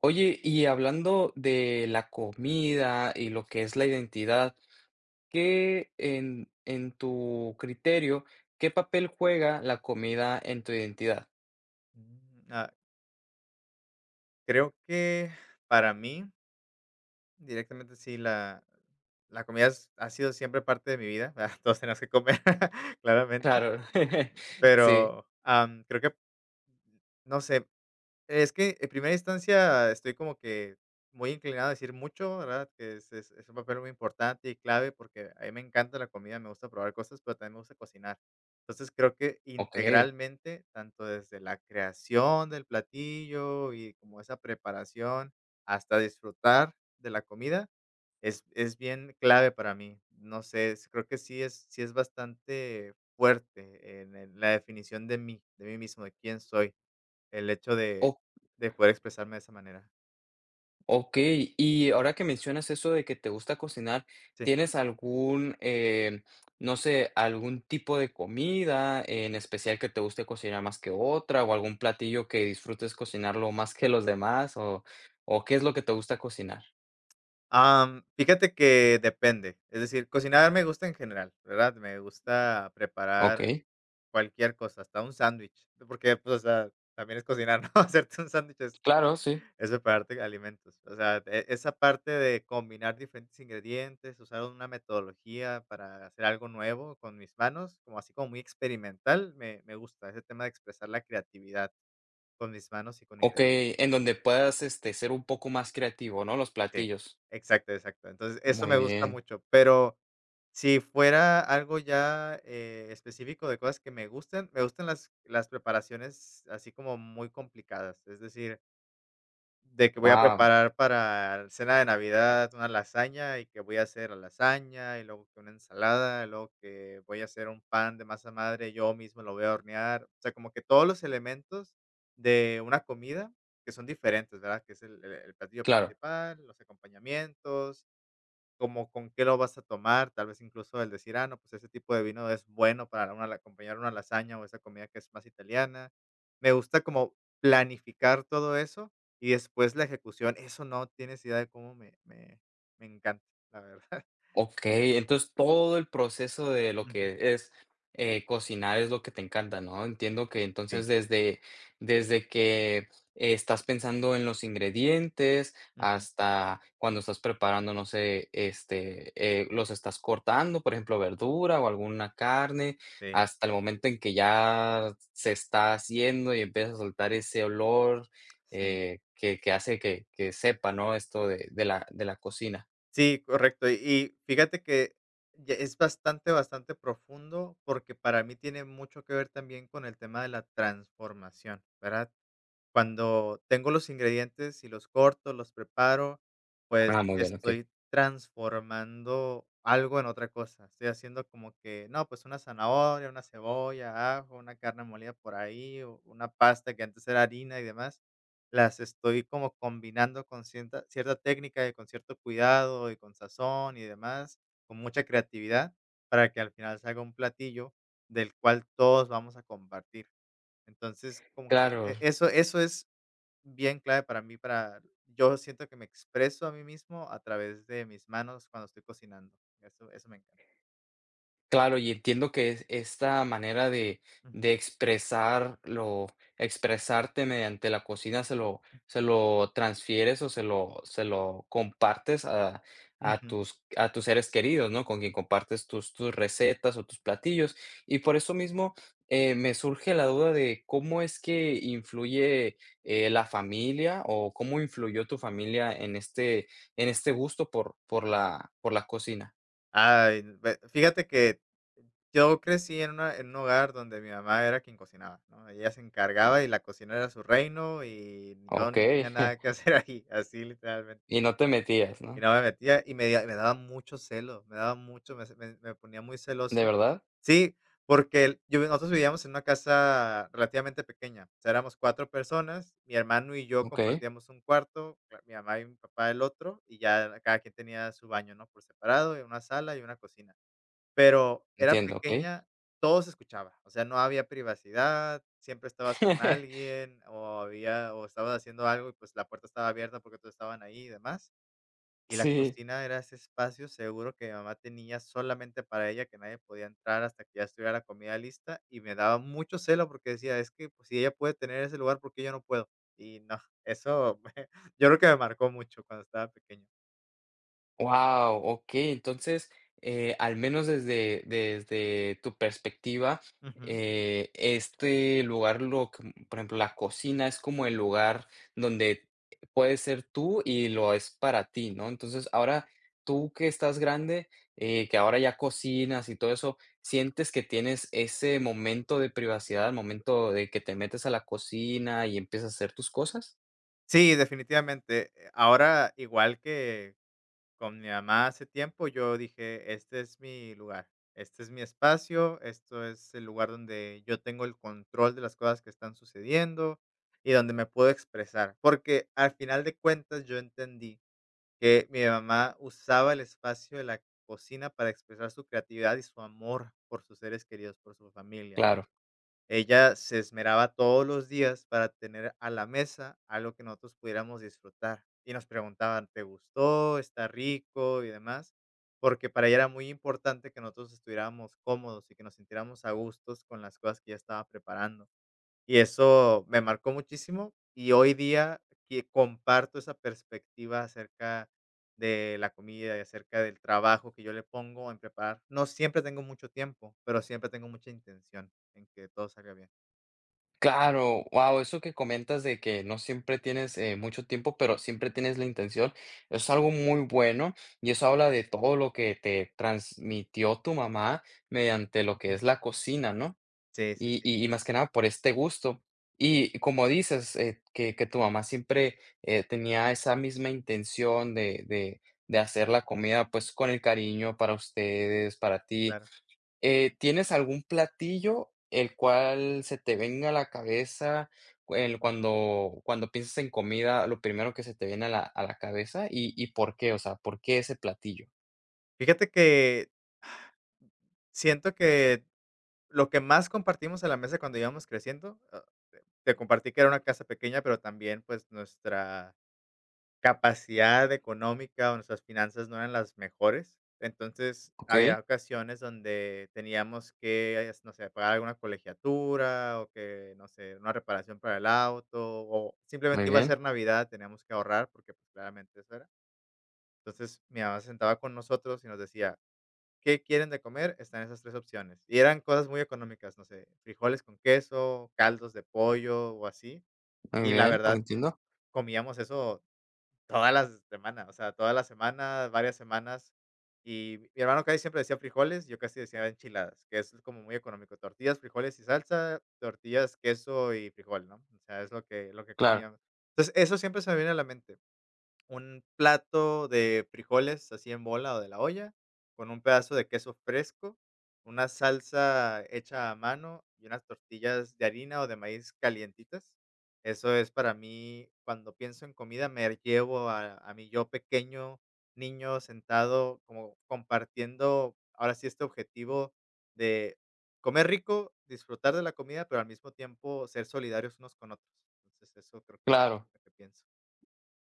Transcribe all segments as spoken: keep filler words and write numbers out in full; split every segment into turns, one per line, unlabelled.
Oye, y hablando de la comida y lo que es la identidad, ¿qué en, en tu criterio, qué papel juega la comida en tu identidad?
Mm, ah, Creo que para mí, directamente sí, la, la comida es- ha sido siempre parte de mi vida. ¿verdad? Todos tenemos que comer, claramente.
Claro, sí,
Pero am, creo que, no sé, es que en primera instancia estoy como que muy inclinado a decir mucho, ¿verdad? Que es es es un papel muy importante y clave, porque a mí me encanta la comida, me gusta probar cosas, pero también me gusta cocinar. Entonces, creo que
ok.
integralmente, tanto desde la creación del platillo y como esa preparación, hasta disfrutar de la comida, es es bien clave para mí. No sé, es creo que sí es sí es bastante fuerte en en la definición de mí de mí mismo, de quién soy. El hecho de de poder expresarme de esa manera.
Ok, y ahora que mencionas eso de que te gusta cocinar,
Sí.
¿tienes algún, eh, no sé, algún tipo de comida en especial que te guste cocinar más que otra o algún platillo que disfrutes cocinarlo más que los demás o, o qué es lo que te gusta cocinar?
Am, fíjate que depende. Es decir, cocinar me gusta en general, ¿verdad? Me gusta
Ok,
preparar cualquier cosa, hasta un sándwich, porque, pues, o sea, también es cocinar, ¿no? Hacerte un sándwich es
claro, sí.
es prepararte alimentos. O sea, e esa parte de combinar diferentes ingredientes, usar una metodología para hacer algo nuevo con mis manos, como así como muy experimental, me me gusta ese tema de expresar la creatividad con mis manos y con
Ok,
ingredientes.
en donde puedas este, ser un poco más creativo, ¿no? Los
Sí,
platillos.
exacto, exacto. Entonces, eso
Muy
me gusta
bien.
mucho, pero si fuera algo ya, eh, específico de cosas que me gustan, me gustan las las preparaciones así como muy complicadas, es decir, de que voy a
Wow,
preparar para cena de Navidad una lasaña, y que voy a hacer la lasaña, y luego que una ensalada, y luego que voy a hacer un pan de masa madre, yo mismo lo voy a hornear. O sea, como que todos los elementos de una comida que son diferentes, ¿verdad? Que es el el el platillo
claro.
principal, los acompañamientos, como con qué lo vas a tomar, tal vez incluso el decir: "Ah, no, pues ese tipo de vino es bueno para una la acompañar una lasaña o esa comida que es más italiana". Me gusta como planificar todo eso y después la ejecución, eso no tienes idea de cómo me me me encanta, la verdad.
Okey, entonces todo el proceso de lo
Ujú.
que es, eh, cocinar es lo que te encanta, ¿no? Entiendo que entonces
Sí.
desde desde que eh, estás pensando en los ingredientes
Ujú.
hasta cuando estás preparando, no sé, este, eh, los estás cortando, por ejemplo, verdura o alguna carne,
Sí,
hasta el momento en que ya se está haciendo y empieza a soltar ese olor,
sí.
eh, que que hace que que sepa, ¿no? Esto de de la de la cocina.
Sí, correcto. Y y fíjate que ya es bastante, bastante profundo, porque para mí tiene mucho que ver también con el tema de la transformación, ¿verdad? Cuando tengo los ingredientes y los corto, los preparo, pues,
Ah, muy bien, okey.
estoy transformando algo en otra cosa. Estoy haciendo como que, no, pues, una zanahoria, una cebolla, ajo, una carne molida por ahí, o una pasta que antes era harina y demás. Las estoy como combinando con cienta cierta técnica y con cierto cuidado y con sazón y demás, con mucha creatividad, para que al final salga un platillo del cual todos vamos a compartir. Entonces, como que
Claro,
e eso eso es bien clave para mí, para yo siento que me expreso a mí mismo a través de mis manos cuando estoy cocinando. Eso eso me encanta.
claro, y entiendo que es esta manera de,
Ujú,
de expresarlo, expresarte mediante la cocina se lo, se lo transfieres o se lo, se lo compartes a, a
ujú.
tus, a tus seres queridos, ¿no? Con quien compartes tus, tus recetas o tus platillos. Y por eso mismo eh, me surge la duda de cómo es que influye eh, la familia o cómo influyó tu familia en este, en este gusto por, por la, por la cocina.
Ay, ve fíjate que yo crecí en una en un hogar donde mi mamá era quien cocinaba, ¿no? Ella se encargaba y la cocina era su reino, y yo
Ok.
no tenía nada que hacer ahí, así literalmente.
Y no te metías,
Y
¿no?
no me metía, y me da- me daba mucho celo, me daba mucho, me me me ponía muy
¿De
celoso.
verdad?
Sí, porque el yo nosotros vivíamos en una casa relativamente pequeña, o sea, éramos cuatro personas, mi hermano y yo
Okey,
compartíamos un cuarto, la mi mamá y mi papá el otro, y ya cada quien tenía su baño, ¿no?, por separado, y una sala y una cocina. Pero era
entiendo, okey.
pequeña, todo se escuchaba, o sea, no había privacidad, siempre estabas con alguien, o había o estabas haciendo algo y, pues, la puerta estaba abierta porque todos estaban ahí y demás. Y la
Sí.
cocina era ese espacio seguro que mi mamá tenía solamente para ella, que nadie podía entrar hasta que ya estuviera la comida lista, y me daba mucho celo porque decía: "Es que, pues, si ella puede tener ese lugar, ¿por qué yo no puedo?". Y no, eso yo creo que me marcó mucho cuando estaba pequeño.
Wow, ok. Entonces, eh, al menos desde, desde tu perspectiva,
Ujú.
eh, este lugar, lo, que- por ejemplo, la cocina es como el lugar donde puedes ser tú y lo es para ti, ¿no? Entonces, ahora tú que estás grande, eh, que ahora ya cocinas y todo eso, ¿sientes que tienes ese momento de privacidad, el momento de que te metes a la cocina y empiezas a hacer tus cosas?
Sí, definitivamente, eh, ahora igual que con mi mamá hace tiempo yo dije: "Este es mi lugar, este es mi espacio, esto es el lugar donde yo tengo el control de las cosas que están sucediendo y donde me puedo expresar". Porque al final de cuentas yo entendí que mi mamá usaba el espacio de la cocina para expresar su creatividad y su amor por sus seres queridos, por su familia.
Claro.
Ella se esmeraba todos los días para tener a la mesa algo que nosotros pudiéramos disfrutar. Y nos preguntaban, ¿te gustó? ¿Está rico? Y demás. Porque para ella era muy importante que nosotros estuviéramos cómodos y que nos sintiéramos a gustos con las cosas que ella estaba preparando. Y eso me marcó muchísimo. Y hoy día que comparto esa perspectiva acerca de la comida y acerca del trabajo que yo le pongo en preparar. No siempre tengo mucho tiempo, pero siempre tengo mucha intención en que todo salga bien.
Claro, wow, eso que comentas de que no siempre tienes eh, mucho tiempo, pero siempre tienes la intención, es algo muy bueno y eso habla de todo lo que te transmitió tu mamá mediante lo que
Ujú.
es la cocina, ¿no?
Sí, sí,
Y,
sí.
y- y más que nada por este gusto. Y como dices, eh, que, que tu mamá siempre eh, tenía esa misma intención de, de, de
Mm,
hacer la comida pues con el cariño para ustedes, para ti.
claro.
Eh, ¿tienes algún platillo el cual se te venga a la cabeza, el
Mm.
cuando cuando piensas en comida, lo primero que se te viene a la a la cabeza? ¿Y y por qué? O sea, ¿por qué ese platillo?
Fíjate que siento que lo que más compartimos a la mesa cuando íbamos creciendo, ah, te compartí que era una casa pequeña, pero también, pues, nuestra capacidad económica o nuestras finanzas no eran las mejores. Entonces,
Okey,
había ocasiones donde teníamos que, es no sé, pagar alguna colegiatura o que, no sé, una reparación para el auto o
muy
simplemente iba a
bien,
ser Navidad, teníamos que ahorrar porque, pues, claramente eso era. Entonces, mi mamá se sentaba con nosotros y nos decía: "¿Qué quieren de comer? Están esas tres opciones". Y eran cosas muy económicas, no sé, frijoles con queso, caldos de pollo o así.
muy
Y la
bien, ok,
verdad,
entiendo.
comíamos eso todas las semanas, o sea, todas las semanas, varias semanas. Y mi mi hermano casi siempre decía frijoles, yo casi decía enchiladas, que es como muy económico, tortillas, frijoles y salsa, tortillas, queso y frijol, ¿no? O sea, es lo que lo que
Claro,
comíamos. Entonces, eso siempre se me viene a la mente un plato de frijoles así en bola o de la olla, con un pedazo de queso fresco, una salsa hecha a mano y unas tortillas de harina o de maíz calientitas. Eso es para mí, cuando pienso en comida, me llevo a, a mi yo pequeño, niño, sentado, como compartiendo ahora sí este objetivo de comer rico, disfrutar de la comida, pero al mismo tiempo ser solidarios unos con otros. Entonces, eso creo que es
claro.
lo que pienso.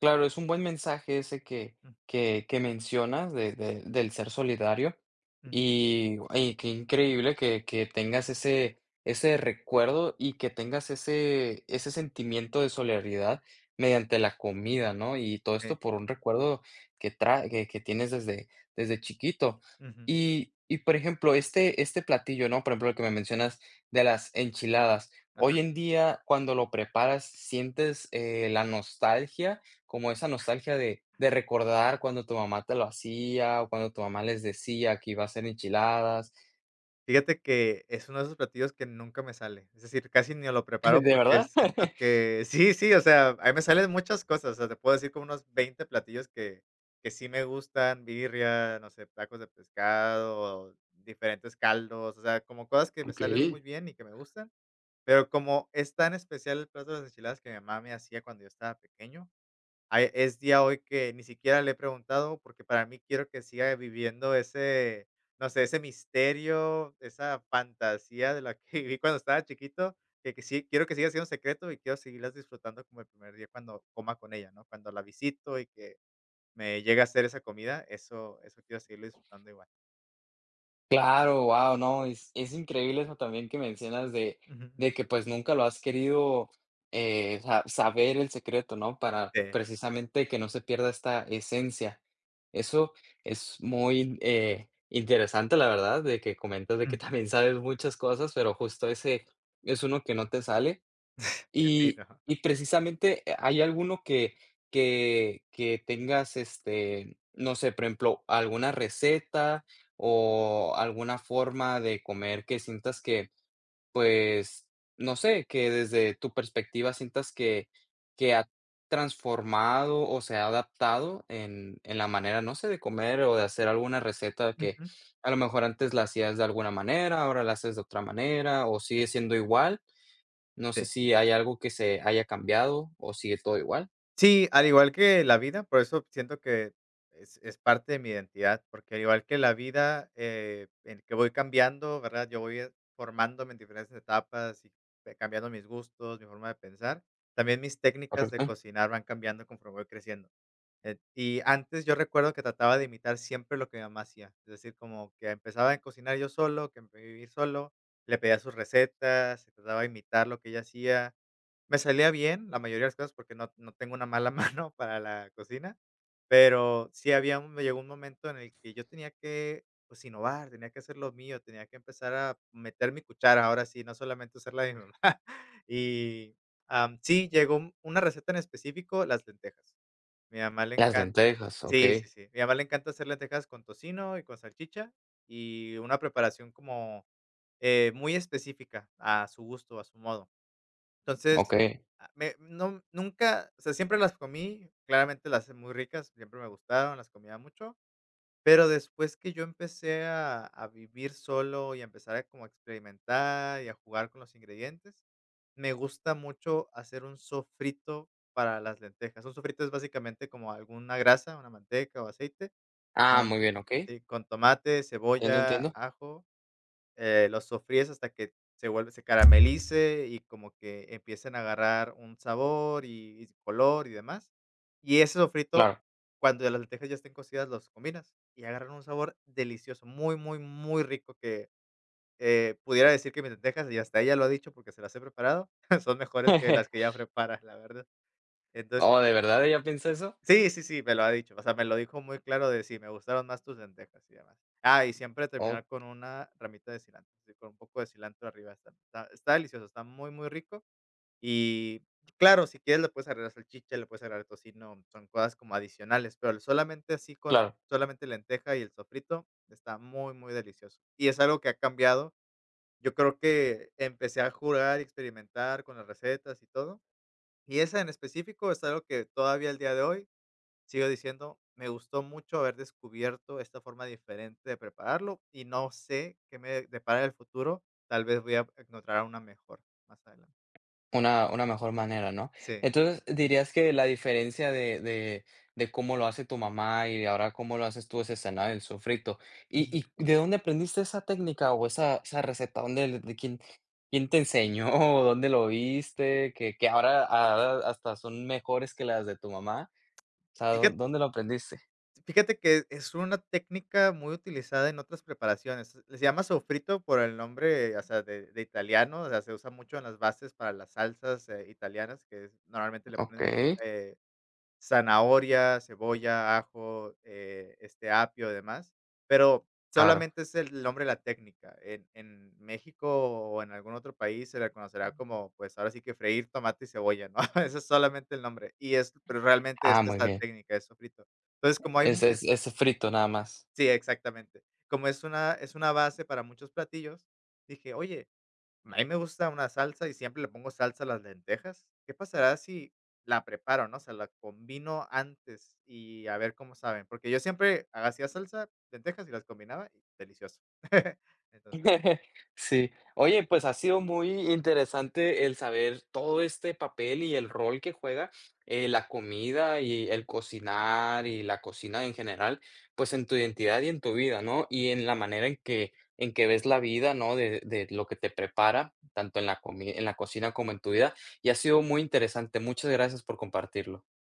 Claro, es un buen mensaje ese que
Mm,
que que mencionas de de del ser solidario,
mm,
y ay qué increíble que que tengas ese ese recuerdo y que tengas ese ese sentimiento de solidaridad mediante la comida, ¿no? Y todo
sí.
esto por un recuerdo que tra que que tienes desde desde chiquito.
Ujú,
Y y, por ejemplo, este este platillo, ¿no? Por ejemplo, el que me mencionas de las enchiladas,
ajá.
hoy en día, cuando lo preparas, ¿sientes, eh, la nostalgia? Como esa nostalgia de de recordar cuando tu mamá te lo hacía, o cuando tu mamá les decía que iba a hacer enchiladas.
Fíjate que es uno de esos platillos que nunca me sale, es decir, casi ni lo
¿De
preparo porque
verdad?
siento que sí, sí, o sea, a mí me salen muchas cosas, o sea, te puedo decir como unos veinte platillos que que sí me gustan, birria, no sé, tacos de pescado, diferentes caldos, o sea, como cosas que me salen muy
Okey.
bien y que me gustan, pero como es tan especial el plato de las enchiladas que mi mamá me hacía cuando yo estaba pequeño, ah, es día hoy que ni siquiera le he preguntado, porque para mí quiero que siga viviendo ese, no sé, ese misterio, esa fantasía de la que viví cuando estaba chiquito, que que sí, quiero que siga siendo secreto y quiero seguirlas disfrutando como el primer día cuando coma con ella, ¿no? Cuando la visito y que me llegue a hacer esa comida, eso eso quiero seguirlo disfrutando igual.
Claro, wow no, es es increíble eso también que mencionas de
Ujú.
de que, pues, nunca lo has querido, eh, sa saber el secreto, ¿no? Para
Sí.
precisamente que no se pierda esta esencia. Eso es muy, eh, interesante, la verdad, de que comentas de que
Ujú.
también sabes muchas cosas, pero justo ese es uno que no te sale.
Sí,
Y
¿no?
y precisamente, eh, ¿hay alguno que que que tengas, este, no sé, por ejemplo, alguna receta o alguna forma de comer que sientas que, pues, no sé, que desde tu perspectiva sientas que que ha transformado o se ha adaptado en en la manera, no sé, de comer o de hacer alguna receta que
Ujú.
a lo mejor antes la hacías de alguna manera, ahora la haces de otra manera o sigue siendo igual? No sé
Sí.
si hay algo que se haya cambiado o sigue todo igual,
Sí, al igual que la vida, por eso siento que es es parte de mi identidad, porque al igual que la vida, eh, en que voy cambiando, ¿verdad? Yo voy, eh, formándome en diferentes etapas y ve cambiando mis gustos, mi forma de pensar. También mis técnicas de
¿correcto?
cocinar van cambiando conforme voy creciendo. Eh, y antes yo recuerdo que trataba de imitar siempre lo que mi mamá hacía, es decir, como que empezaba a cocinar yo solo, que empecé a vivir solo, le pedía sus recetas, y trataba de imitar lo que ella hacía. Me salía bien la mayoría de las cosas porque no no tengo una mala mano para la cocina, pero sí había un me llegó un momento en el que yo tenía que, pues, innovar, tenía que hacer lo mío, tenía que empezar a meter mi cuchara, ahora sí, no solamente usar la de mi mamá. Y, am, sí, llegó un una receta en específico, las lentejas. Mi mamá le
Las
encanta
lentejas,
Sí, sí,
okey,
sí. Mi mamá le encanta hacer lentejas con tocino y con salchicha, y una preparación como, eh, muy específica a su gusto, a su modo. Entonces,
okey.
ah, me no, nunca, o sea, siempre las comí, claramente las hice muy ricas, siempre me gustaron, las comía mucho, pero después que yo empecé a a vivir solo y a empezar a como experimentar y a jugar con los ingredientes, me gusta mucho hacer un sofrito para las lentejas. Un sofrito es básicamente como alguna grasa, una manteca o aceite,
Ah,
con
muy bien, okey.
sí, con tomate,
Entiendo,
cebolla,
entiendo.
ajo, eh, los sofríes hasta que se vuelve se caramelice y como que empiecen a agarrar un sabor y y color y demás. Y ese sofrito,
Claro.
cuando las lentejas ya estén cocidas, los combinas y agarran un sabor delicioso, muy, muy, muy rico que, eh, pudiera decir que mis lentejas, y hasta ella lo ha dicho porque se las he preparado, son mejores que las que ya prepara, la verdad. Entonces
Oh, ¿de verdad ella piensa eso?
Sí, sí, sí, me lo ha dicho. O sea, me lo dijo muy claro de sí, me gustaron más tus lentejas y demás. Ah, y siempre
Oh,
terminar con una ramita de cilantro, sí, con un poco de cilantro arriba. Está, está, está delicioso, está muy, muy rico. Y claro, si quieres le puedes agregar salchicha, le puedes agregar tocino, son cosas como adicionales, pero el solamente así con
claro.
solamente lenteja y el sofrito está muy, muy delicioso. Y es algo que ha cambiado. Yo creo que empecé a jugar y experimentar con las recetas y todo. Y esa en específico es algo que todavía el día de hoy sigo diciendo, me gustó mucho haber descubierto esta forma diferente de prepararlo y no sé qué me depara el futuro. Tal vez voy a encontrar una mejor más adelante.
Una una mejor manera, ¿no?
Sí.
Entonces, dirías que la diferencia de de de cómo lo hace tu mamá y ahora cómo lo haces tú es esa, ¿no? El sofrito. ¿Y
Ujú.
y de dónde aprendiste esa técnica o esa esa receta? ¿Dónde le- de quién quién te enseñó dónde lo viste? Que que ahora ahora hasta son mejores que las de tu mamá. O sea, ¿dó
Fíjate,
dónde lo aprendiste?
fíjate que es una técnica muy utilizada en otras preparaciones. Se llama sofrito por el nombre, o sea, de, de italiano. O sea, se usa mucho en las bases para las salsas eh, italianas, que es- normalmente le ponen
Okey,
eh, zanahoria, cebolla, ajo, eh, este, apio, y demás, pero
claro.
solamente es el nombre de la técnica. En en México o en algún otro país se le conocerá como, pues, ahora sí que freír tomate y cebolla, ¿no? Ese es solamente el nombre, y es pero realmente
Ah,
esta es
muy
la
bien.
técnica, es sofrito. Entonces, como hay mu
Ese es
es
es frito nada más.
sí, exactamente. Como es una es una base para muchos platillos, dije: "Oye, a mí me gusta una salsa y siempre le pongo salsa a las lentejas. ¿Qué pasará si la preparo, no? O sea, la combino antes y a ver cómo saben. Porque yo siempre hacía salsa, lentejas y las combinaba y delicioso". Entonces.
Sí. Oye, pues ha sido muy interesante el saber todo este papel y el rol que juega, eh, la comida y el cocinar y la cocina en general, pues en tu identidad y en tu vida, ¿no? Y en la manera en que, en que ves la vida, ¿no? De, de lo que te prepara, tanto en la comi- en la cocina como en tu vida. Y ha sido muy interesante. Muchas gracias por compartirlo.